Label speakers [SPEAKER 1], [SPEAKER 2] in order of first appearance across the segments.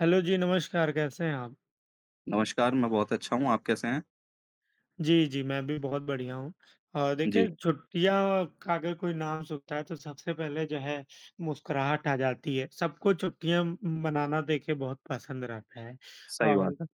[SPEAKER 1] Hello जी, नमस्कार, कैसे हैं आप?
[SPEAKER 2] नमस्कार, मैं बहुत अच्छा हूँ, आप कैसे हैं?
[SPEAKER 1] जी, जी, मैं भी बहुत बढ़िया हूँ। और देखिए,
[SPEAKER 2] जी।
[SPEAKER 1] छुट्टियाँ का अगर कोई नाम सुनता है, तो सबसे पहले जो है, मुस्कुराहट आ जाती है। सबको छुट्टियाँ म मनाना देखिए बहुत पसंद रहता है
[SPEAKER 2] सही बात
[SPEAKER 1] और
[SPEAKER 2] है।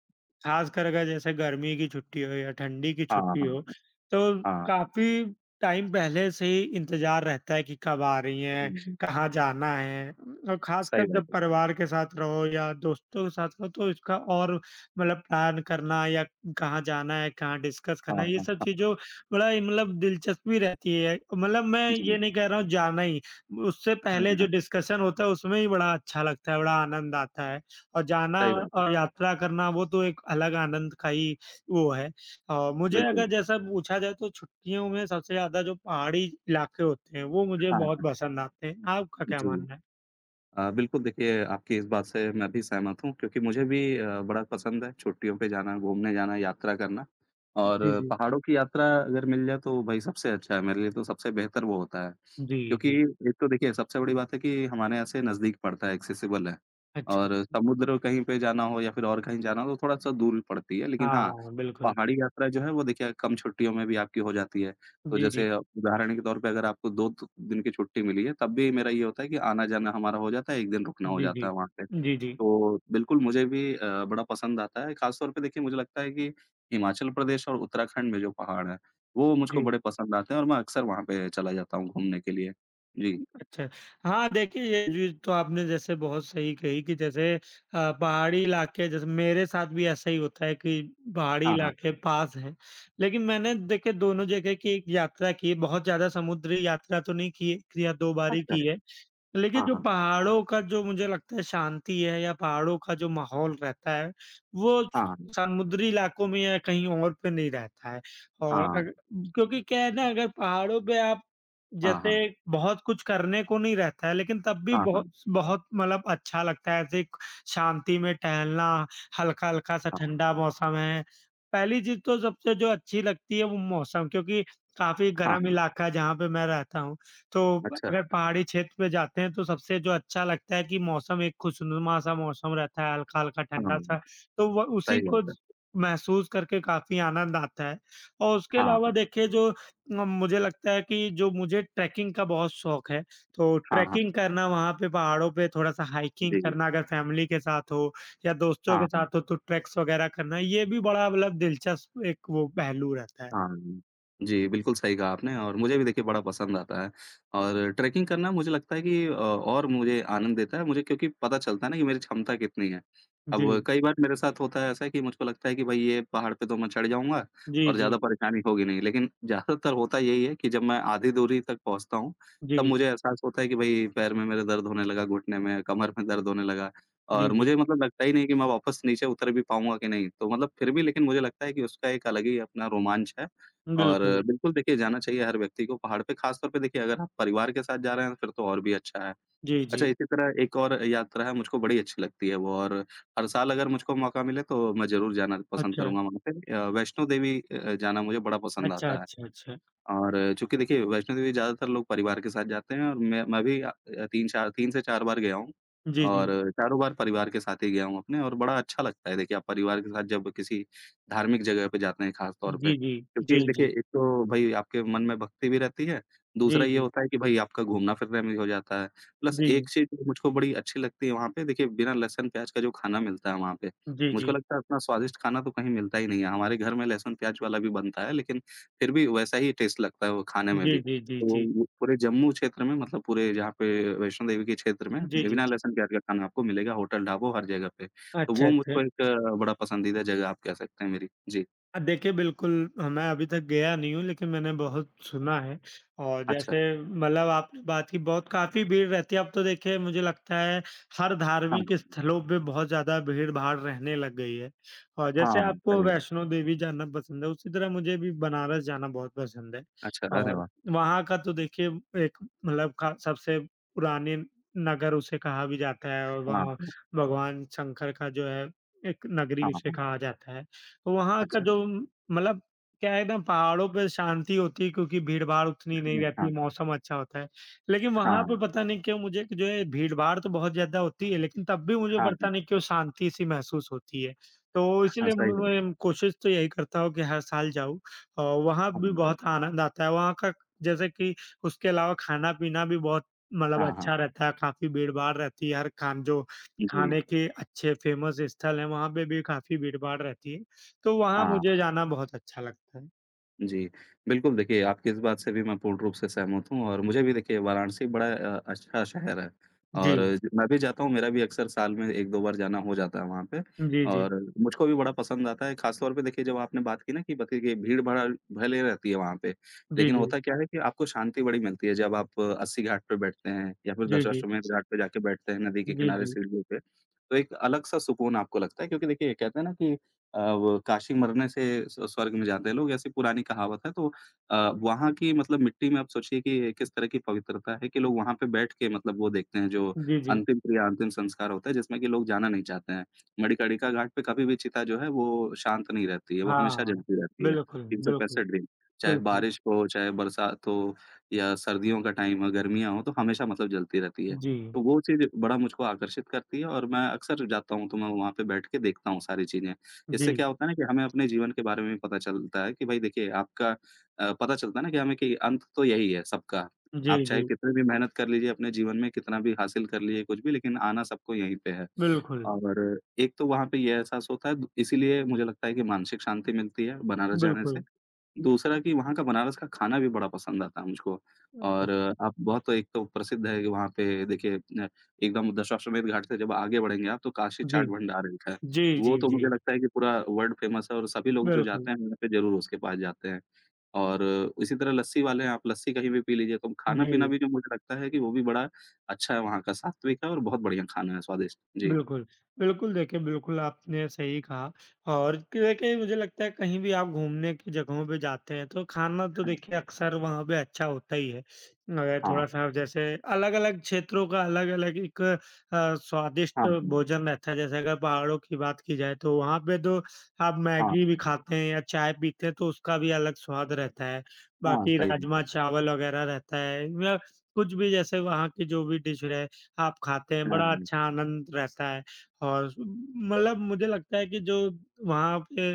[SPEAKER 1] ख़ासकर अगर जैसे गर्मी की छुट्टी हो या ठंडी की
[SPEAKER 2] हाँ,
[SPEAKER 1] छुट्टी हो,
[SPEAKER 2] हाँ,
[SPEAKER 1] तो
[SPEAKER 2] हाँ।
[SPEAKER 1] काफ़ी टाइम पहले से ही इंतज़ार रहता है कि कब आ रही हैं,
[SPEAKER 2] हुँ।
[SPEAKER 1] कहाँ जाना है और
[SPEAKER 2] सही
[SPEAKER 1] ख़ासकर
[SPEAKER 2] बात
[SPEAKER 1] जब
[SPEAKER 2] है।
[SPEAKER 1] परिवार के साथ रहो या दोस्तों के साथ रहो तो इसका और मतलब प्लान करना या कहाँ जाना है, कहाँ डिस्कस
[SPEAKER 2] हाँ,
[SPEAKER 1] करना है, ये सब
[SPEAKER 2] हाँ।
[SPEAKER 1] चीज़ों बड़ा ही मतलब दिलचस्पी रहती है। मतलब मैं
[SPEAKER 2] जी।
[SPEAKER 1] ये नहीं कह रहा हूँ जाना ही, उससे
[SPEAKER 2] हाँ,
[SPEAKER 1] पहले जो
[SPEAKER 2] हाँ।
[SPEAKER 1] डिस्कशन होता है उसमें ही बड़ा अच्छा लगता है, बड़ा आनंद आता है। और जाना
[SPEAKER 2] सही बात है।
[SPEAKER 1] और यात्रा करना वो तो एक अलग आनंद का ही वो है। मुझे
[SPEAKER 2] बिल्कुल।
[SPEAKER 1] अगर जैसा पूछा जाए तो छुट्टियों में सबसे ज़्यादा जो पहाड़ी इलाके होते हैं वो मुझे
[SPEAKER 2] हाँ,
[SPEAKER 1] बहुत
[SPEAKER 2] हाँ।
[SPEAKER 1] पसंद आते हैं। आपका क्या
[SPEAKER 2] जी।
[SPEAKER 1] मानना है?
[SPEAKER 2] बिल्कुल देखिए, आपकी इस बात से मैं भी सहमत हूँ क्योंकि मुझे भी बड़ा पसंद है छुट्टियों पे जाना, घूमने जाना, यात्रा करना और
[SPEAKER 1] जी, जी।
[SPEAKER 2] पहाड़ों की यात्रा अगर मिल जाए तो भाई सबसे अच्छा है, मेरे लिए तो सबसे बेहतर वो होता है।
[SPEAKER 1] जी,
[SPEAKER 2] क्योंकि
[SPEAKER 1] जी।
[SPEAKER 2] एक तो देखिए सबसे बड़ी बात है कि हमारे यहाँ से नज़दीक पड़ता है, एक्सेसिबल है
[SPEAKER 1] अच्छा,
[SPEAKER 2] और
[SPEAKER 1] अच्छा।
[SPEAKER 2] समुद्र कहीं पे जाना हो या फिर और कहीं जाना हो तो थोड़ा-सा दूर पड़ती है। लेकिन
[SPEAKER 1] हाँ,
[SPEAKER 2] हाँ,
[SPEAKER 1] बिल्कुल।
[SPEAKER 2] पहाड़ी यात्रा जो है वो देखिए कम छुट्टियों में भी आपकी हो जाती है। तो
[SPEAKER 1] जी, जी।
[SPEAKER 2] जैसे उदाहरण के तौर पे अगर आपको 2 द दिन की छुट्टी मिली है, तब भी मेरा ये होता है कि आना-जाना हमारा हो जाता है, 1 दिन रुकना हो
[SPEAKER 1] जी,
[SPEAKER 2] जाता
[SPEAKER 1] जी।
[SPEAKER 2] है वहाँ पे।
[SPEAKER 1] जी, जी।
[SPEAKER 2] तो बिल्कुल मुझे भी बड़ा पसंद आता है, ख़ास तौर पे देखिए मुझे लगता है कि हिमाचल प्रदेश और उत्तराखंड में जो पहाड़ हैं, वो मुझको
[SPEAKER 1] जी।
[SPEAKER 2] बड़े पसंद आते हैं और मैं अक्सर वहाँ पे चला जाता हूँ घूमने के लिए। जी।
[SPEAKER 1] अच्छा। हाँ, देखिए ये चीज़ तो आपने जैसे बहुत सही कही कि जैसे पहाड़ी इलाके जैसे मेरे साथ भी ऐसा ही होता है कि पहाड़ी
[SPEAKER 2] हाँ, हाँ।
[SPEAKER 1] इलाके पास हैं। लेकिन मैंने देखिए दोनों जगह की एक यात्रा की है, बहुत ज़्यादा समुद्री यात्रा तो नहीं की है, या 2 बार ही
[SPEAKER 2] अच्छा।
[SPEAKER 1] की है। लेकिन
[SPEAKER 2] हाँ,
[SPEAKER 1] जो
[SPEAKER 2] हाँ।
[SPEAKER 1] पहाड़ों का जो मुझे लगता है शांति है या पहाड़ों का जो माहौल रहता है, वो
[SPEAKER 2] हाँ, हाँ।
[SPEAKER 1] समुद्री इलाकों में या कहीं और पे नहीं रहता है और अग क्योंकि क्या है ना अगर पहाड़ों पे आप
[SPEAKER 2] हाँ, हाँ,
[SPEAKER 1] जैसे
[SPEAKER 2] हाँ।
[SPEAKER 1] बहुत कुछ करने को नहीं रहता है, लेकिन तब भी
[SPEAKER 2] हाँ,
[SPEAKER 1] बहुत
[SPEAKER 2] हाँ।
[SPEAKER 1] बहुत मतलब अच्छा लगता है ऐसे शांति में टहलना, हल्का-हल्का सा
[SPEAKER 2] हाँ,
[SPEAKER 1] ठंडा मौसम है। पहली चीज़ तो सबसे जो अच्छी लगती है वो मौसम क्योंकि काफ़ी गर्म
[SPEAKER 2] हाँ।
[SPEAKER 1] इलाका है जहाँ पे मैं रहता हूँ। तो
[SPEAKER 2] अच्छा।
[SPEAKER 1] अगर पहाड़ी क्षेत्र में जाते हैं तो सबसे जो अच्छा लगता है कि मौसम एक खुशनुमा सा मौसम रहता है, हल्का-हल्का
[SPEAKER 2] हाँ,
[SPEAKER 1] ठंडा-सा, तो वो उसी
[SPEAKER 2] सही
[SPEAKER 1] को
[SPEAKER 2] बात
[SPEAKER 1] ज
[SPEAKER 2] है।
[SPEAKER 1] महसूस करके काफ़ी आनंद आता है। और उसके
[SPEAKER 2] हाँ,
[SPEAKER 1] अलावा
[SPEAKER 2] हाँ।
[SPEAKER 1] देखिए जो म मुझे लगता है कि जो मुझे ट्रैकिंग का बहुत शौक है, तो
[SPEAKER 2] हाँ, हाँ।
[SPEAKER 1] ट्रैकिंग करना वहाँ पे पहाड़ों पे थोड़ा-सा हाइकिंग
[SPEAKER 2] जी।
[SPEAKER 1] करना अगर फैमिली के साथ हो या दोस्तों
[SPEAKER 2] हाँ,
[SPEAKER 1] के
[SPEAKER 2] हाँ।
[SPEAKER 1] साथ हो तो ट्रैक्स वगैरह करना, ये भी बड़ा मतलब दिलचस्प एक वो पहलू रहता है।
[SPEAKER 2] हाँ। जी, बिल्कुल सही कहा आपने और मुझे भी देखिए बड़ा पसंद आता है और ट्रैकिंग करना मुझे लगता है कि और मुझे आनंद देता है मुझे क्योंकि पता चलता है ना कि मेरी क्षमता कितनी है। अब
[SPEAKER 1] जी।
[SPEAKER 2] कई बार मेरे साथ होता है ऐसा कि मुझको लगता है कि भई ये पहाड़ पे तो मैं चढ़ जाऊँगा
[SPEAKER 1] जी,
[SPEAKER 2] और ज़्यादा
[SPEAKER 1] जी।
[SPEAKER 2] परेशानी होगी नहीं। लेकिन ज़्यादातर होता यही है कि जब मैं आधी दूरी तक पहुँचता हूँ,
[SPEAKER 1] जी।
[SPEAKER 2] तब मुझे एहसास होता है कि भई पैर में मेरे दर्द होने लगा, घुटने में, कमर में दर्द होने लगा।
[SPEAKER 1] जी,
[SPEAKER 2] और
[SPEAKER 1] जी।
[SPEAKER 2] मुझे मतलब लगता ही नहीं कि मैं वापस नीचे उतर भी पाऊँगा कि नहीं। तो मतलब फिर भी लेकिन मुझे लगता है कि उसका एक अलग ही अपना रोमांच है और
[SPEAKER 1] बिल्कुल।
[SPEAKER 2] बिल्कुल देखिए जाना चाहिए हर व्यक्ति को पहाड़ पे, ख़ासतौर पे देखिए अगर आप परिवार के साथ जा रहे हैं तो फिर तो और भी अच्छा है।
[SPEAKER 1] जी,
[SPEAKER 2] अच्छा
[SPEAKER 1] जी।
[SPEAKER 2] इसी तरह एक और यात्रा है मुझको बड़ी अच्छी लगती है वो और हर साल अगर मुझको मौका मिले तो मैं ज़रूर जाना पसंद
[SPEAKER 1] अच्छा,
[SPEAKER 2] करूँगा वहाँ पे। वैष्णो देवी जाना मुझे बड़ा पसंद
[SPEAKER 1] अच्छा,
[SPEAKER 2] आता है।
[SPEAKER 1] अच्छा, अच्छा।
[SPEAKER 2] और चूँकि देखिए वैष्णो देवी ज़्यादातर लोग परिवार के साथ जाते हैं और मैं भी 3-4 3 से 4 बार गया हूँ
[SPEAKER 1] जी, जी।
[SPEAKER 2] और चारों बार परिवार के साथ ही गया हूँ अपने और बड़ा अच्छा लगता है देखिए आप परिवार के साथ जब किसी धार्मिक जगह पे जाते हैं ख़ास तौर पे।
[SPEAKER 1] जी, जी।
[SPEAKER 2] क्योंकि
[SPEAKER 1] जी,
[SPEAKER 2] देखिए
[SPEAKER 1] जी।
[SPEAKER 2] एक तो भई आपके मन में भक्ति भी रहती है, दूसरा
[SPEAKER 1] जी,
[SPEAKER 2] ये
[SPEAKER 1] जी।
[SPEAKER 2] होता है कि भई आपका घूमना-फिरना भी हो जाता है। प्लस
[SPEAKER 1] जी।
[SPEAKER 2] एक चीज़ जो मुझको बड़ी अच्छी लगती है वहाँ पे देखिए बिना लहसुन-प्याज का जो खाना मिलता है वहाँ पे,
[SPEAKER 1] जी, जी।
[SPEAKER 2] मुझको लगता है इतना स्वादिष्ट खाना तो कहीं मिलता ही नहीं है। हमारे घर में लहसुन-प्याज वाला भी बनता है लेकिन फिर भी वैसा ही टेस्ट लगता है वो खाने में
[SPEAKER 1] जी,
[SPEAKER 2] भी।
[SPEAKER 1] जी, जी,
[SPEAKER 2] तो
[SPEAKER 1] जी।
[SPEAKER 2] वो पूरे जम्मू क्षेत्र में मतलब पूरे जहाँ पे वैष्णो देवी के क्षेत्र में
[SPEAKER 1] जी, जी।
[SPEAKER 2] बिना लहसुन प्याज़ का खाना आपको मिलेगा होटल, ढाबों हर जगह पे। तो
[SPEAKER 1] अच्छा,
[SPEAKER 2] वो
[SPEAKER 1] अच्छा।
[SPEAKER 2] मुझको एक बड़ा पसंदीदा जगह आप कह सकते हैं मेरी। जी।
[SPEAKER 1] देखिए बिल्कुल मैं अभी तक गया नहीं हूँ लेकिन मैंने बहुत सुना है और
[SPEAKER 2] अच्छा।
[SPEAKER 1] जैसे मतलब आपने बात की बहुत काफ़ी भीड़ रहती है, अब तो देखिए मुझे लगता है हर
[SPEAKER 2] हाँ।
[SPEAKER 1] धार्मिक स्थलों पे बहुत ज़्यादा भीड़-भाड़ रहने लग गई है। और जैसे
[SPEAKER 2] हाँ,
[SPEAKER 1] आपको
[SPEAKER 2] सही बात है।
[SPEAKER 1] वैष्णो देवी जाना पसंद है, उसी तरह मुझे भी बनारस जाना बहुत पसंद है।
[SPEAKER 2] अच्छा, अरे
[SPEAKER 1] और
[SPEAKER 2] वाह!
[SPEAKER 1] वहाँ का तो देखिए एक मतलब का सबसे पुराने नगर उसे कहा भी जाता है और वहाँ
[SPEAKER 2] हाँ,
[SPEAKER 1] भगवान शंकर का जो है एक नगरी
[SPEAKER 2] हाँ,
[SPEAKER 1] उसे
[SPEAKER 2] हाँ।
[SPEAKER 1] कहा जाता है। तो वहाँ का
[SPEAKER 2] अच्छा।
[SPEAKER 1] जो मतलब क्या है ना पहाड़ों पे शांति होती है क्योंकि भीड़-भाड़ उतनी नहीं
[SPEAKER 2] हाँ, हाँ,
[SPEAKER 1] रहती, मौसम अच्छा होता है। लेकिन वहाँ
[SPEAKER 2] हाँ,
[SPEAKER 1] पे पता नहीं क्यों मुझे कि जो है भीड़-भाड़ तो बहुत ज़्यादा होती है लेकिन तब भी मुझे
[SPEAKER 2] हाँ,
[SPEAKER 1] पता नहीं क्यों शांति सी महसूस होती है। तो
[SPEAKER 2] हाँ।
[SPEAKER 1] इसलिए
[SPEAKER 2] सही बात है।
[SPEAKER 1] मैं कोशिश तो यही करता हूँ कि हर साल जाऊँ और वहाँ भी बहुत आनंद आता है। वहाँ का जैसे कि उसके अलावा खाना-पीना भी बहुत
[SPEAKER 2] हाँ,
[SPEAKER 1] मतलब
[SPEAKER 2] हाँ, हाँ।
[SPEAKER 1] अच्छा रहता है, काफ़ी भीड़-भाड़ रहती है। हर खान जो
[SPEAKER 2] जी।
[SPEAKER 1] खाने के अच्छे फेमस स्थल हैं, वहाँ पे भी काफ़ी भीड़-भाड़ रहती है। तो वहाँ
[SPEAKER 2] हाँ।
[SPEAKER 1] मुझे जाना बहुत अच्छा लगता है।
[SPEAKER 2] जी, बिल्कुल देखिए, आपकी इस बात से भी मैं पूर्ण रूप से सहमत हूँ और मुझे भी देखिए वाराणसी बड़ा अच्छा शहर है
[SPEAKER 1] जी।
[SPEAKER 2] और ज मैं भी जाता हूँ, मेरा भी अक्सर साल में 1-2 बार जाना हो जाता है वहाँ पे
[SPEAKER 1] जी, जी।
[SPEAKER 2] और मुझको भी बड़ा पसंद आता है। ख़ास तौर पे देखिए जब आपने बात की ना कि बताइए कि भीड़-भाड़ भले रहती है वहाँ पे,
[SPEAKER 1] जी,
[SPEAKER 2] लेकिन
[SPEAKER 1] जी।
[SPEAKER 2] होता क्या है कि आपको शांति बड़ी मिलती है जब आप अस्सी घाट पे बैठते हैं या फिर
[SPEAKER 1] जी, जी।
[SPEAKER 2] दशाश्वमेध घाट पे जाके बैठते हैं नदी के
[SPEAKER 1] जी,
[SPEAKER 2] किनारे
[SPEAKER 1] जी।
[SPEAKER 2] सीढ़ियों पे, तो एक अलग-सा सुकून आपको लगता है क्योंकि देखिए कहते हैं ना कि वो काशी मरने से स्वर्ग में जाते हैं लोग, ऐसी पुरानी कहावत है। तो अ, वहाँ की मतलब मिट्टी में आप सोचिए कि किस तरह की पवित्रता है कि लोग वहाँ पे बैठ के मतलब वो देखते हैं जो
[SPEAKER 1] जी, जी।
[SPEAKER 2] अंतिम क्रिया, अंतिम संस्कार होता है जिसमें कि लोग जाना नहीं चाहते हैं। मणिकर्णिका घाट पे कभी भी चिता जो है वो शांत नहीं रहती है, वो हमेशा
[SPEAKER 1] हाँ।
[SPEAKER 2] जलती रहती है,
[SPEAKER 1] बिल्कुल, बिल्कुल,
[SPEAKER 2] 365 दिन। चाहे
[SPEAKER 1] बिल्कुल।
[SPEAKER 2] बारिश हो, चाहे बरसात हो या सर्दियों का टाइम हो, गर्मियाँ हों, तो हमेशा मतलब जलती रहती है।
[SPEAKER 1] जी।
[SPEAKER 2] तो वो चीज़ बड़ा मुझको आकर्षित करती है और मैं अक्सर जाता हूँ तो मैं वहाँ पे बैठ के देखता हूँ सारी चीज़ें।
[SPEAKER 1] जी।
[SPEAKER 2] इससे क्या होता है ना कि हमें अपने जीवन के बारे में भी पता चलता है कि भाई देखिए आपका पता चलता है ना कि हमें कि अंत तो यही है सबका। आप
[SPEAKER 1] जी,
[SPEAKER 2] चाहे
[SPEAKER 1] जी।
[SPEAKER 2] कितनी भी मेहनत कर लीजिए अपने जीवन में, कितना भी हासिल कर लीजिए कुछ भी, लेकिन आना सबको यहीं पे है।
[SPEAKER 1] बिल्कुल,
[SPEAKER 2] और एक तो वहाँ पे ये एहसास होता है, इसीलिए मुझे लगता है कि मानसिक शांति मिलती है बनारस जाने से।
[SPEAKER 1] बिल्कुल।
[SPEAKER 2] दूसरा कि वहाँ का बनारस का खाना भी बड़ा पसंद आता है मुझको
[SPEAKER 1] अ,
[SPEAKER 2] और आप बहुत एक तो प्रसिद्ध है कि वहाँ पे देखिए न एकदम दशाश्वमेध घाट से जब आगे बढ़ेंगे आप तो काशी
[SPEAKER 1] जी।
[SPEAKER 2] चाट भंडार लिखा है।
[SPEAKER 1] जी,
[SPEAKER 2] वो
[SPEAKER 1] जी,
[SPEAKER 2] तो
[SPEAKER 1] जी।
[SPEAKER 2] मुझे लगता है कि पूरा वर्ल्ड फेमस है और सभी लोग जो
[SPEAKER 1] बिल्कुल।
[SPEAKER 2] जाते हैं वहाँ पे ज़रूर उसके पास जाते हैं। और इसी तरह लस्सी वाले हैं, आप लस्सी कहीं भी पी लीजिए तो खाना-पीना
[SPEAKER 1] जी।
[SPEAKER 2] भी जो मुझे लगता है कि वो भी बड़ा अच्छा है वहाँ का, सात्विक है और बहुत बढ़िया खाना है स्वादिष्ट। जी।
[SPEAKER 1] बिल्कुल। बिल्कुल, देखिए बिल्कुल आपने सही कहा और कि देखिए मुझे लगता है कहीं भी आप घूमने की जगहों पे जाते हैं तो खाना तो देखिए अक्सर वहाँ पे अच्छा होता ही है। अगर
[SPEAKER 2] हाँ,
[SPEAKER 1] थोड़ा-सा जैसे अलग-अलग क्षेत्रों का अलग-अलग एक
[SPEAKER 2] हाँ,
[SPEAKER 1] स्वादिष्ट भोजन रहता है जैसे अगर पहाड़ों की बात की जाए तो वहाँ पे तो आप
[SPEAKER 2] हाँ, हाँ,
[SPEAKER 1] मैगी भी खाते हैं या चाय पीते हैं तो उसका भी अलग स्वाद रहता है।
[SPEAKER 2] हाँ।
[SPEAKER 1] बाकी
[SPEAKER 2] सही बात है।
[SPEAKER 1] राजमा-चावल वगैरह रहता है या कुछ भी जैसे वहाँ की जो भी डिश रहे आप खाते हैं, बड़ा
[SPEAKER 2] हाँ,
[SPEAKER 1] अच्छा आनंद रहता है और मतलब मुझे लगता है कि जो वहाँ पे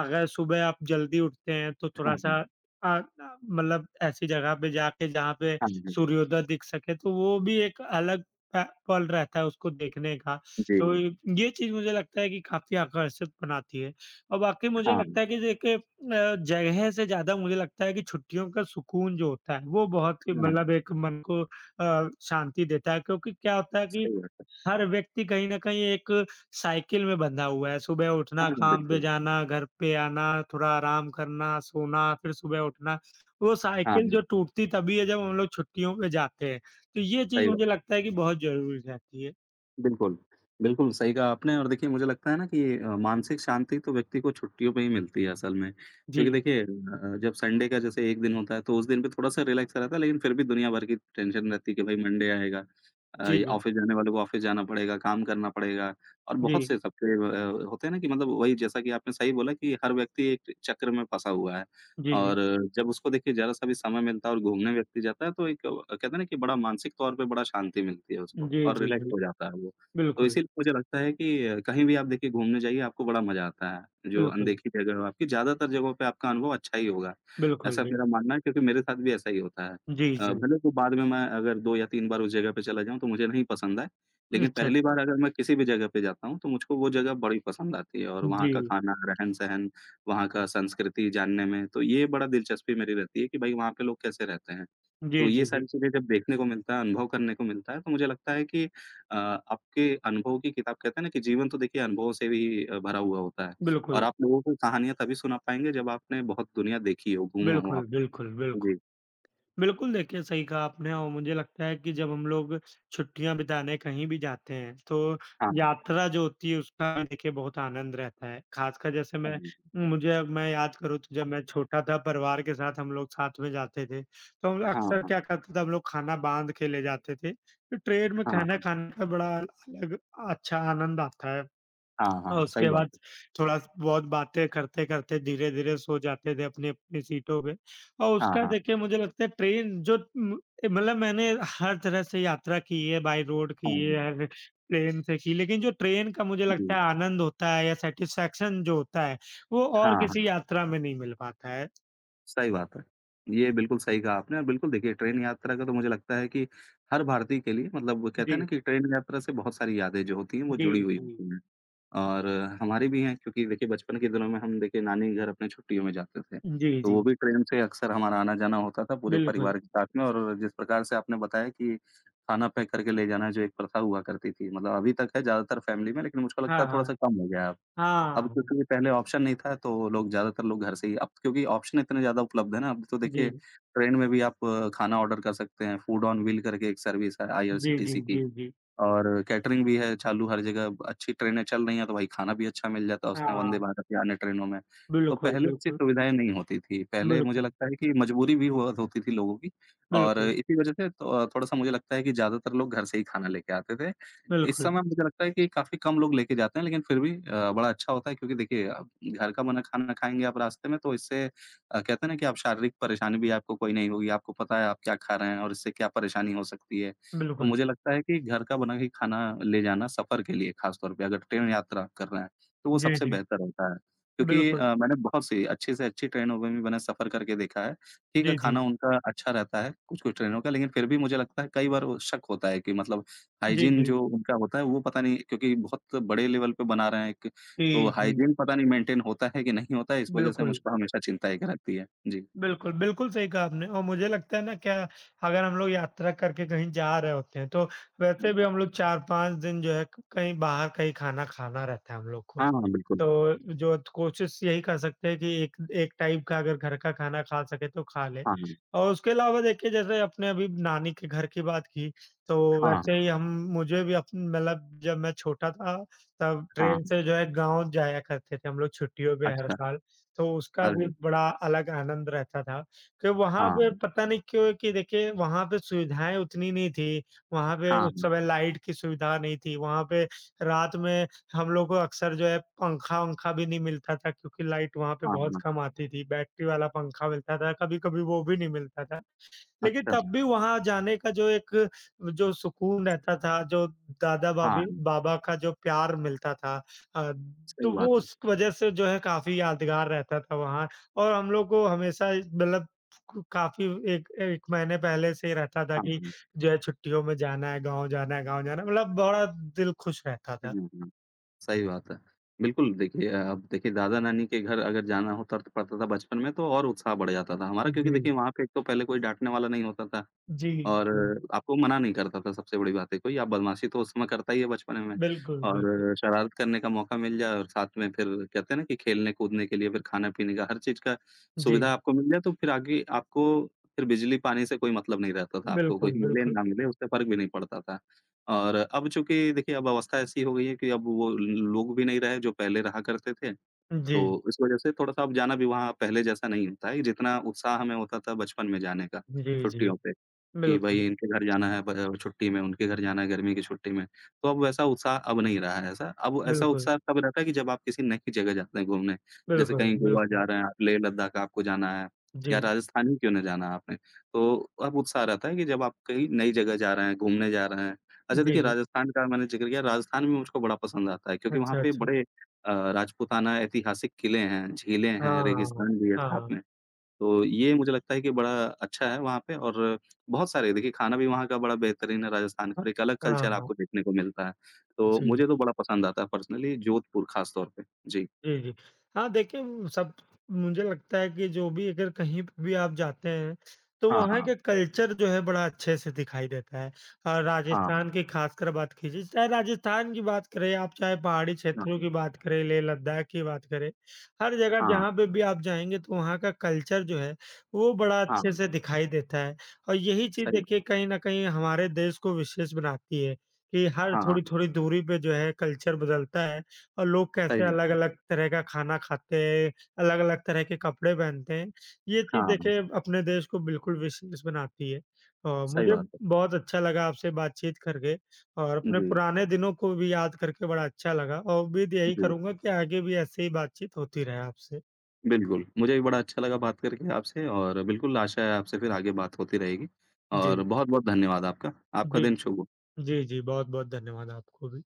[SPEAKER 1] अगर सुबह आप जल्दी उठते हैं तो
[SPEAKER 2] हाँ,
[SPEAKER 1] थोड़ा-सा अ, न मतलब ऐसी जगह पे जाके जहाँ पे
[SPEAKER 2] हाँ, हाँ,
[SPEAKER 1] सूर्योदय दिख सके तो वो भी एक अलग प पल रहता है उसको देखने का। तो
[SPEAKER 2] जी।
[SPEAKER 1] ये चीज़ मुझे लगता है कि काफ़ी आकर्षित बनाती है और बाकी मुझे
[SPEAKER 2] हाँ,
[SPEAKER 1] लगता है कि देखिए जगह से ज़्यादा मुझे लगता है कि छुट्टियों का सुकून जो होता है वो बहुत ही
[SPEAKER 2] हाँ,
[SPEAKER 1] मतलब एक मन को शांति देता है क्योंकि क्या होता है कि
[SPEAKER 2] सही बात है।
[SPEAKER 1] हर व्यक्ति कहीं न कहीं एक साइकिल में बंधा हुआ है। सुबह
[SPEAKER 2] हाँ,
[SPEAKER 1] उठना, काम पे
[SPEAKER 2] बिल्कुल।
[SPEAKER 1] जाना, घर पे आना, थोड़ा आराम करना, सोना, फिर सुबह उठना। वो साइकिल
[SPEAKER 2] हाँ,
[SPEAKER 1] जो टूटती तभी है जब हम लोग छुट्टियों पे जाते हैं। तो ये चीज़
[SPEAKER 2] सही बात।
[SPEAKER 1] मुझे लगता है कि बहुत ज़रूरी रहती है।
[SPEAKER 2] बिल्कुल। बिल्कुल, सही कहा आपने और देखिए मुझे लगता है ना कि मानसिक शांति तो व्यक्ति को छुट्टियों पे ही मिलती है असल में। क्योंकि
[SPEAKER 1] जी।
[SPEAKER 2] देखिए जब संडे का जैसे 1 दिन होता है तो उस दिन पे थोड़ा-सा रिलैक्स रहता है लेकिन फिर भी दुनिया भर की टेंशन रहती है कि भाई मंडे आएगा।
[SPEAKER 1] जी,
[SPEAKER 2] ये
[SPEAKER 1] जी।
[SPEAKER 2] ऑफ़िस जाने वालों को ऑफ़िस जाना पड़ेगा, काम करना पड़ेगा और
[SPEAKER 1] जी।
[SPEAKER 2] बहुत से सबके होते हैं ना कि मतलब वही जैसा कि आपने सही बोला कि हर व्यक्ति एक चक्र में फँसा हुआ है।
[SPEAKER 1] जी, जी।
[SPEAKER 2] और जब उसको देखिए ज़रा-सा भी समय मिलता है और घूमने व्यक्ति जाता है तो एक कहते हैं ना कि बड़ा मानसिक तौर पे बड़ा शांति मिलती है उसको
[SPEAKER 1] जी,
[SPEAKER 2] और
[SPEAKER 1] जी,
[SPEAKER 2] रिलैक्स
[SPEAKER 1] जी।
[SPEAKER 2] हो जाता है वो। तो
[SPEAKER 1] बिल्कुल,
[SPEAKER 2] इसीलिए मुझे लगता है कि कहीं भी आप देखिए घूमने जाइए आपको बड़ा मज़ा आता है। जो
[SPEAKER 1] बिल्कुल,
[SPEAKER 2] अनदेखी जगह हो आपकी ज़्यादातर जगहों पे आपका अनुभव अच्छा ही होगा।
[SPEAKER 1] बिल्कुल
[SPEAKER 2] ऐसा
[SPEAKER 1] भी।
[SPEAKER 2] मेरा मानना है क्योंकि मेरे साथ भी ऐसा ही होता है।
[SPEAKER 1] जी, जी।
[SPEAKER 2] भले वो बाद में मैं अगर 2 या 3 बार उस जगह पे चला जाऊँ तो मुझे नहीं पसंद आए, लेकिन
[SPEAKER 1] अच्छा,
[SPEAKER 2] पहली
[SPEAKER 1] अच्छा।
[SPEAKER 2] बार अगर मैं किसी भी जगह पे जाता हूँ तो मुझको वो जगह बड़ी पसंद आती है और वहाँ
[SPEAKER 1] जी।
[SPEAKER 2] का खाना, रहन-सहन, वहाँ का संस्कृति जानने में तो ये बड़ा दिलचस्पी मेरी रहती है कि भाई वहाँ पे लोग कैसे रहते हैं। तो
[SPEAKER 1] जी,
[SPEAKER 2] ये
[SPEAKER 1] जी, जी।
[SPEAKER 2] सारी चीज़ें जब देखने को मिलता है, अनुभव करने को मिलता है तो मुझे लगता है कि आपके अनुभव की किताब कहते हैं ना कि जीवन तो देखिए अनुभवों से भी भरा हुआ होता है और
[SPEAKER 1] बिल्कुल,
[SPEAKER 2] आप लोगों को कहानियाँ तभी सुना पाएँगे जब आपने बहुत दुनिया देखी हो, घूमा हो आप।
[SPEAKER 1] बिल्कुल, बिल्कुल, बिल्कुल।
[SPEAKER 2] जी,
[SPEAKER 1] बिल्कुल, देखिए सही कहा आपने और मुझे लगता है कि जब हम लोग छुट्टियाँ बिताने कहीं भी जाते हैं, तो
[SPEAKER 2] हाँ, हाँ,
[SPEAKER 1] यात्रा जो होती है उसका भी देखिए बहुत आनंद रहता है। ख़ासकर जैसे मैं मुझे अब मैं याद करूँ तो जब मैं छोटा था परिवार के साथ हम लोग साथ में जाते थे, तो हम
[SPEAKER 2] हाँ,
[SPEAKER 1] अक्सर
[SPEAKER 2] हाँ,
[SPEAKER 1] क्या करते थे हम लोग खाना बाँध के ले जाते थे। तो ट्रेन में
[SPEAKER 2] हाँ,
[SPEAKER 1] खाना
[SPEAKER 2] हाँ,
[SPEAKER 1] खाने का बड़ा अलग अच्छा आनंद आता है।
[SPEAKER 2] हाँ, हाँ।
[SPEAKER 1] और
[SPEAKER 2] सही
[SPEAKER 1] उसके
[SPEAKER 2] बात
[SPEAKER 1] बाद
[SPEAKER 2] है।
[SPEAKER 1] थोड़ा बहुत बातें करते-करते धीरे-धीरे सो जाते थे अपनी-अपनी सीटों पे और
[SPEAKER 2] हाँ,
[SPEAKER 1] उसका
[SPEAKER 2] हाँ,
[SPEAKER 1] देखिए मुझे लगता है ट्रेन जो म मतलब मैंने हर तरह से यात्रा की है, बाय रोड की
[SPEAKER 2] हाँ,
[SPEAKER 1] है, हर प्लेन से की, लेकिन जो ट्रेन का मुझे लगता
[SPEAKER 2] जी,
[SPEAKER 1] है आनंद होता है या सैटिस्फैक्शन जो होता है, वो और
[SPEAKER 2] हाँ, हाँ।
[SPEAKER 1] किसी यात्रा में नहीं मिल पाता है।
[SPEAKER 2] सही बात है। ये बिल्कुल सही कहा आपने और बिल्कुल देखिए ट्रेन यात्रा का तो मुझे लगता है कि हर भारतीय के लिए मतलब वो कहते
[SPEAKER 1] जी,
[SPEAKER 2] हैं ना कि ट्रेन यात्रा से बहुत सारी यादें जो होती हैं वो
[SPEAKER 1] जी,
[SPEAKER 2] जुड़ी हुई
[SPEAKER 1] जी।
[SPEAKER 2] होती हैं। और हमारे भी हैं क्योंकि देखिए बचपन के दिनों में हम देखिए नानी के घर अपने छुट्टियों में जाते थे।
[SPEAKER 1] जी,
[SPEAKER 2] तो वो
[SPEAKER 1] जी।
[SPEAKER 2] भी ट्रेन से अक्सर हमारा आना-जाना होता था पूरे
[SPEAKER 1] बिल्कुल।
[SPEAKER 2] परिवार के साथ में और जिस प्रकार से आपने बताया कि खाना पैक करके ले जाना जो एक प्रथा हुआ करती थी मतलब अभी तक है ज़्यादातर फैमिली में लेकिन मुझको लगता है
[SPEAKER 1] हाँ, हाँ।
[SPEAKER 2] थोड़ा-सा कम हो गया है अब।
[SPEAKER 1] हाँ,
[SPEAKER 2] अब
[SPEAKER 1] हाँ।
[SPEAKER 2] क्योंकि पहले ऑप्शन नहीं था तो लोग ज़्यादातर लोग घर से ही अब क्योंकि ऑप्शन इतने ज़्यादा उपलब्ध है ना अब तो
[SPEAKER 1] जी।
[SPEAKER 2] देखिए ट्रेन में भी आप खाना ऑर्डर कर सकते हैं, फूड ऑन व्हील करके एक सर्विस है
[SPEAKER 1] जी, जी,
[SPEAKER 2] आईआरसीटीसी की।
[SPEAKER 1] जी, जी।
[SPEAKER 2] और कैटरिंग भी है चालू हर जगह, अच्छी ट्रेनें चल रही हैं तो भाई खाना भी अच्छा मिल जाता है उसमें वंदे
[SPEAKER 1] हाँ,
[SPEAKER 2] भारत या अन्य ट्रेनों में। तो
[SPEAKER 1] बिल्कुल,
[SPEAKER 2] पहले ऐसी
[SPEAKER 1] बिल्कुल,
[SPEAKER 2] सुविधाएँ नहीं होती थी, पहले मुझे
[SPEAKER 1] बिल्कुल,
[SPEAKER 2] लगता है कि मजबूरी भी हुआ होती थी लोगों की और
[SPEAKER 1] बिल्कुल।
[SPEAKER 2] इसी वजह से तो थोड़ा-सा मुझे लगता है कि ज़्यादातर लोग घर से ही खाना लेके आते थे। इस
[SPEAKER 1] बिल्कुल,
[SPEAKER 2] समय मुझे लगता है कि काफ़ी कम लोग लेके जाते हैं लेकिन फिर भी बड़ा अच्छा होता है क्योंकि देखिए अब घर का बना खाना खाएँगे आप रास्ते में तो इससे कहते हैं ना कि आप शारीरिक परेशानी भी आपको कोई नहीं होगी, आपको पता है आप क्या खा रहे हैं और इससे क्या परेशानी हो सकती है। तो
[SPEAKER 1] बिल्कुल।
[SPEAKER 2] मुझे लगता है कि घर का बना ही खाना ले जाना सफ़र के लिए ख़ास तौर पे अगर ट्रेन यात्रा आप कर रहे हैं, तो वो
[SPEAKER 1] जी,
[SPEAKER 2] सबसे
[SPEAKER 1] जी।
[SPEAKER 2] बेहतर होता है। क्योंकि
[SPEAKER 1] बिल्कुल।
[SPEAKER 2] मैंने बहुत सी अच्छी से अच्छी ट्रेनों में भी मैंने सफ़र करके देखा है। ठीक है,
[SPEAKER 1] जी,
[SPEAKER 2] खाना
[SPEAKER 1] जी।
[SPEAKER 2] उनका अच्छा रहता है, कुछ-कुछ ट्रेनों का, लेकिन फिर भी मुझे लगता है कई बार वो शक होता है कि मतलब
[SPEAKER 1] जी,
[SPEAKER 2] हाइजीन
[SPEAKER 1] जी।
[SPEAKER 2] जो उनका होता है वो पता नहीं क्योंकि बहुत बड़े लेवल पे बना रहे हैं एक, तो
[SPEAKER 1] जी, जी।
[SPEAKER 2] हाइजीन पता नहीं मेंटेन होता है कि नहीं होता है, इस वज़ह से
[SPEAKER 1] बिल्कुल।
[SPEAKER 2] मुझको हमेशा चिंता एक रहती है। जी।
[SPEAKER 1] बिल्कुल, बिल्कुल सही कहा आपने और मुझे लगता है ना क्या अगर हम लोग यात्रा करके कहीं जा रहे होते हैं, तो
[SPEAKER 2] जी,
[SPEAKER 1] वैसे भी
[SPEAKER 2] हाँ।
[SPEAKER 1] हम लोग 4-5 दिन जो है क कहीं बाहर कहीं खाना खाना रहता है हम लोग को।
[SPEAKER 2] हाँ, हाँ, बिल्कुल।
[SPEAKER 1] तो जो कोशिश यही कर सकते हैं कि एक एक टाइप का अगर घर का खाना खा सके तो खा लें।
[SPEAKER 2] हाँ, हाँ।
[SPEAKER 1] और उसके अलावा देखिए जैसे आपने अभी नानी के घर की बात की, तो वैसे
[SPEAKER 2] हाँ,
[SPEAKER 1] ही हम मुझे भी अप मतलब जब मैं छोटा था, तब
[SPEAKER 2] हाँ,
[SPEAKER 1] ट्रेन
[SPEAKER 2] हाँ।
[SPEAKER 1] से जो है गाँव जाया करते थे हम लोग छुट्टियों पे हर
[SPEAKER 2] अच्छा।
[SPEAKER 1] साल। तो उसका भी
[SPEAKER 2] अरे!
[SPEAKER 1] बड़ा अलग आनंद रहता था कि वहाँ पे
[SPEAKER 2] हाँ।
[SPEAKER 1] पता नहीं क्यों कि देखिए वहाँ पे सुविधाएँ उतनी नहीं थी, वहाँ पे
[SPEAKER 2] हाँ,
[SPEAKER 1] उस
[SPEAKER 2] हाँ।
[SPEAKER 1] समय लाइट की सुविधा नहीं थी, वहाँ पे रात में हम लोग को अक्सर जो है पंखा-वंखा भी नहीं मिलता था क्योंकि लाइट वहाँ पे
[SPEAKER 2] हाँ,
[SPEAKER 1] बहुत
[SPEAKER 2] हाँ।
[SPEAKER 1] कम आती थी, बैटरी वाला पंखा मिलता था, कभी-कभी वो भी नहीं मिलता था। लेकिन
[SPEAKER 2] अच्छा।
[SPEAKER 1] तब भी वहाँ जाने का जो एक जो सुकून रहता था, जो
[SPEAKER 2] हाँ,
[SPEAKER 1] दादा-भाभी
[SPEAKER 2] हाँ।
[SPEAKER 1] बाबा का जो प्यार मिलता था अ,
[SPEAKER 2] सही
[SPEAKER 1] तो वो
[SPEAKER 2] बात है।
[SPEAKER 1] उस वज़ह से जो है काफ़ी यादगार रहता था वहाँ और हम लोग को हमेशा मतलब क काफ़ी एक 1 महीने पहले से ही रहता था
[SPEAKER 2] हाँ,
[SPEAKER 1] कि
[SPEAKER 2] हाँ।
[SPEAKER 1] जो है छुट्टियों में जाना है, गाँव जाना है, गाँव जाना है, मतलब बड़ा दिल खुश रहता था।
[SPEAKER 2] हुँ, हुँ। सही बात है। बिल्कुल देखिए अब देखिए दादा-नानी के घर अगर जाना होता तो पड़ता था बचपन में तो और उत्साह बढ़ जाता था हमारा क्योंकि
[SPEAKER 1] जी,
[SPEAKER 2] देखिए वहाँ पे एक तो पहले कोई डाँटने वाला नहीं होता था।
[SPEAKER 1] जी,
[SPEAKER 2] और
[SPEAKER 1] जी।
[SPEAKER 2] आपको मना नहीं करता था सबसे बड़ी बात है कोई, आप बदमाशी तो उस समय करता ही है बचपन में
[SPEAKER 1] बिल्कुल, बिल्कुल।
[SPEAKER 2] और शरारत करने का मौका मिल जाए और साथ में फिर कहते हैं ना कि खेलने-कूदने के लिए फिर खाना-पीने का हर चीज़ का
[SPEAKER 1] जी,
[SPEAKER 2] सुविधा आपको मिल जाए तो फिर आगे आपको फिर बिजली-पानी से कोई मतलब नहीं रहता था, आपको कोई
[SPEAKER 1] बिल्कुल,
[SPEAKER 2] मिले
[SPEAKER 1] बिल्कुल।
[SPEAKER 2] ना मिले उससे फ़र्क भी नहीं पड़ता था। और अब चूँकि देखिए अब अवस्था ऐसी हो गई है कि अब वो लोग भी नहीं रहे जो पहले रहा करते थे।
[SPEAKER 1] जी,
[SPEAKER 2] तो इस वजह से थोड़ा-सा अब जाना भी वहाँ पहले जैसा नहीं होता है, जितना उत्साह हमें होता था बचपन में जाने का,
[SPEAKER 1] जी,
[SPEAKER 2] छुट्टियों
[SPEAKER 1] जी।
[SPEAKER 2] पे, कि
[SPEAKER 1] बिल्कुल,
[SPEAKER 2] भई इनके घर जाना है ब छुट्टी में, उनके घर जाना है गर्मी की छुट्टी में। तो अब वैसा उत्साह अब नहीं रहा है ऐसा, अब ऐसा
[SPEAKER 1] बिल्कुल।
[SPEAKER 2] उत्साह तब रहता है कि जब आप किसी नई जगह जाते हैं घूमने, जैसे
[SPEAKER 1] बिल्कुल,
[SPEAKER 2] कहीं गोवा
[SPEAKER 1] बिल्कुल।
[SPEAKER 2] जा रहे हैं आप, लेह लद्दाख आपको जाना है या
[SPEAKER 1] जी,
[SPEAKER 2] राजस्थान ही क्यों ना जाना आपने। तो अब उत्साह रहता है कि जब आप कहीं नई जगह जा रहे हैं, घूमने जा रहे हैं। अच्छा
[SPEAKER 1] जी,
[SPEAKER 2] देखिए
[SPEAKER 1] जी।
[SPEAKER 2] राजस्थान का मैंने ज़िक्र किया, राजस्थान भी मुझको बड़ा पसंद आता है क्योंकि वहाँ
[SPEAKER 1] अच्छा,
[SPEAKER 2] पे
[SPEAKER 1] अच्छा।
[SPEAKER 2] बड़े राजपूताना ऐतिहासिक किले हैं, झीलें
[SPEAKER 1] हाँ,
[SPEAKER 2] हैं,
[SPEAKER 1] हाँ,
[SPEAKER 2] रेगिस्तान भी है साथ
[SPEAKER 1] हाँ,
[SPEAKER 2] में। तो ये मुझे लगता है कि बड़ा अच्छा है वहाँ पे और बहुत सारे देखिए खाना भी वहाँ का बड़ा बेहतरीन है राजस्थान का और एक अलग
[SPEAKER 1] हाँ।
[SPEAKER 2] कल्चर
[SPEAKER 1] हाँ,
[SPEAKER 2] आपको देखने को मिलता है। तो मुझे
[SPEAKER 1] जी।
[SPEAKER 2] तो बड़ा पसंद आता है पर्सनली जोधपुर ख़ास तौर पे। जी।
[SPEAKER 1] जी, जी। हाँ, देखिए वो सब मुझे लगता है कि जो भी अगर कहीं पे भी आप जाते हैं, तो
[SPEAKER 2] हाँ,
[SPEAKER 1] वहाँ
[SPEAKER 2] हाँ।
[SPEAKER 1] के कल्चर जो है बड़ा अच्छे से दिखाई देता है। और
[SPEAKER 2] हाँ,
[SPEAKER 1] राजस्थान की खासकर बात कीजिए, चाहे राजस्थान की बात करें आप, चाहे पहाड़ी
[SPEAKER 2] हाँ,
[SPEAKER 1] क्षेत्रों की बात करें, लेह-लद्दाख की बात करें, हर जगह जहाँ पे भी आप जाएँगे तो वहाँ का कल्चर जो है, वो बड़ा
[SPEAKER 2] हाँ,
[SPEAKER 1] अच्छे
[SPEAKER 2] हाँ।
[SPEAKER 1] से दिखाई देता है। और यही चीज़
[SPEAKER 2] सही
[SPEAKER 1] देखिए कहीं न कहीं हमारे देश को विशेष बनाती है, कि हर
[SPEAKER 2] हाँ,
[SPEAKER 1] थोड़ी-थोड़ी दूरी पे जो है कल्चर बदलता है। और लोग
[SPEAKER 2] सही
[SPEAKER 1] कैसे
[SPEAKER 2] बात है।
[SPEAKER 1] अलग-अलग तरह का खाना खाते हैं, अलग-अलग तरह के कपड़े पहनते हैं, ये चीज़
[SPEAKER 2] हाँ,
[SPEAKER 1] देखिए अपने देश को बिल्कुल विशेष बनाती है। और
[SPEAKER 2] सही
[SPEAKER 1] मुझे
[SPEAKER 2] बात है।
[SPEAKER 1] बहुत अच्छा लगा आपसे बातचीत करके और अपने
[SPEAKER 2] जी,
[SPEAKER 1] पुराने दिनों को भी याद करके बड़ा अच्छा लगा और उम्मीद यही
[SPEAKER 2] जी।
[SPEAKER 1] करूँगा कि आगे भी ऐसे ही बातचीत होती रहे आपसे।
[SPEAKER 2] बिल्कुल, मुझे भी बड़ा अच्छा लगा बात करके आपसे और बिल्कुल आशा है आपसे फिर आगे बात होती रहेगी और
[SPEAKER 1] जी,
[SPEAKER 2] बहुत-बहुत धन्यवाद आपका। आपका
[SPEAKER 1] जी,
[SPEAKER 2] दिन शुभ हो।
[SPEAKER 1] जी। जी, जी, बहुत-बहुत धन्यवाद आपको भी।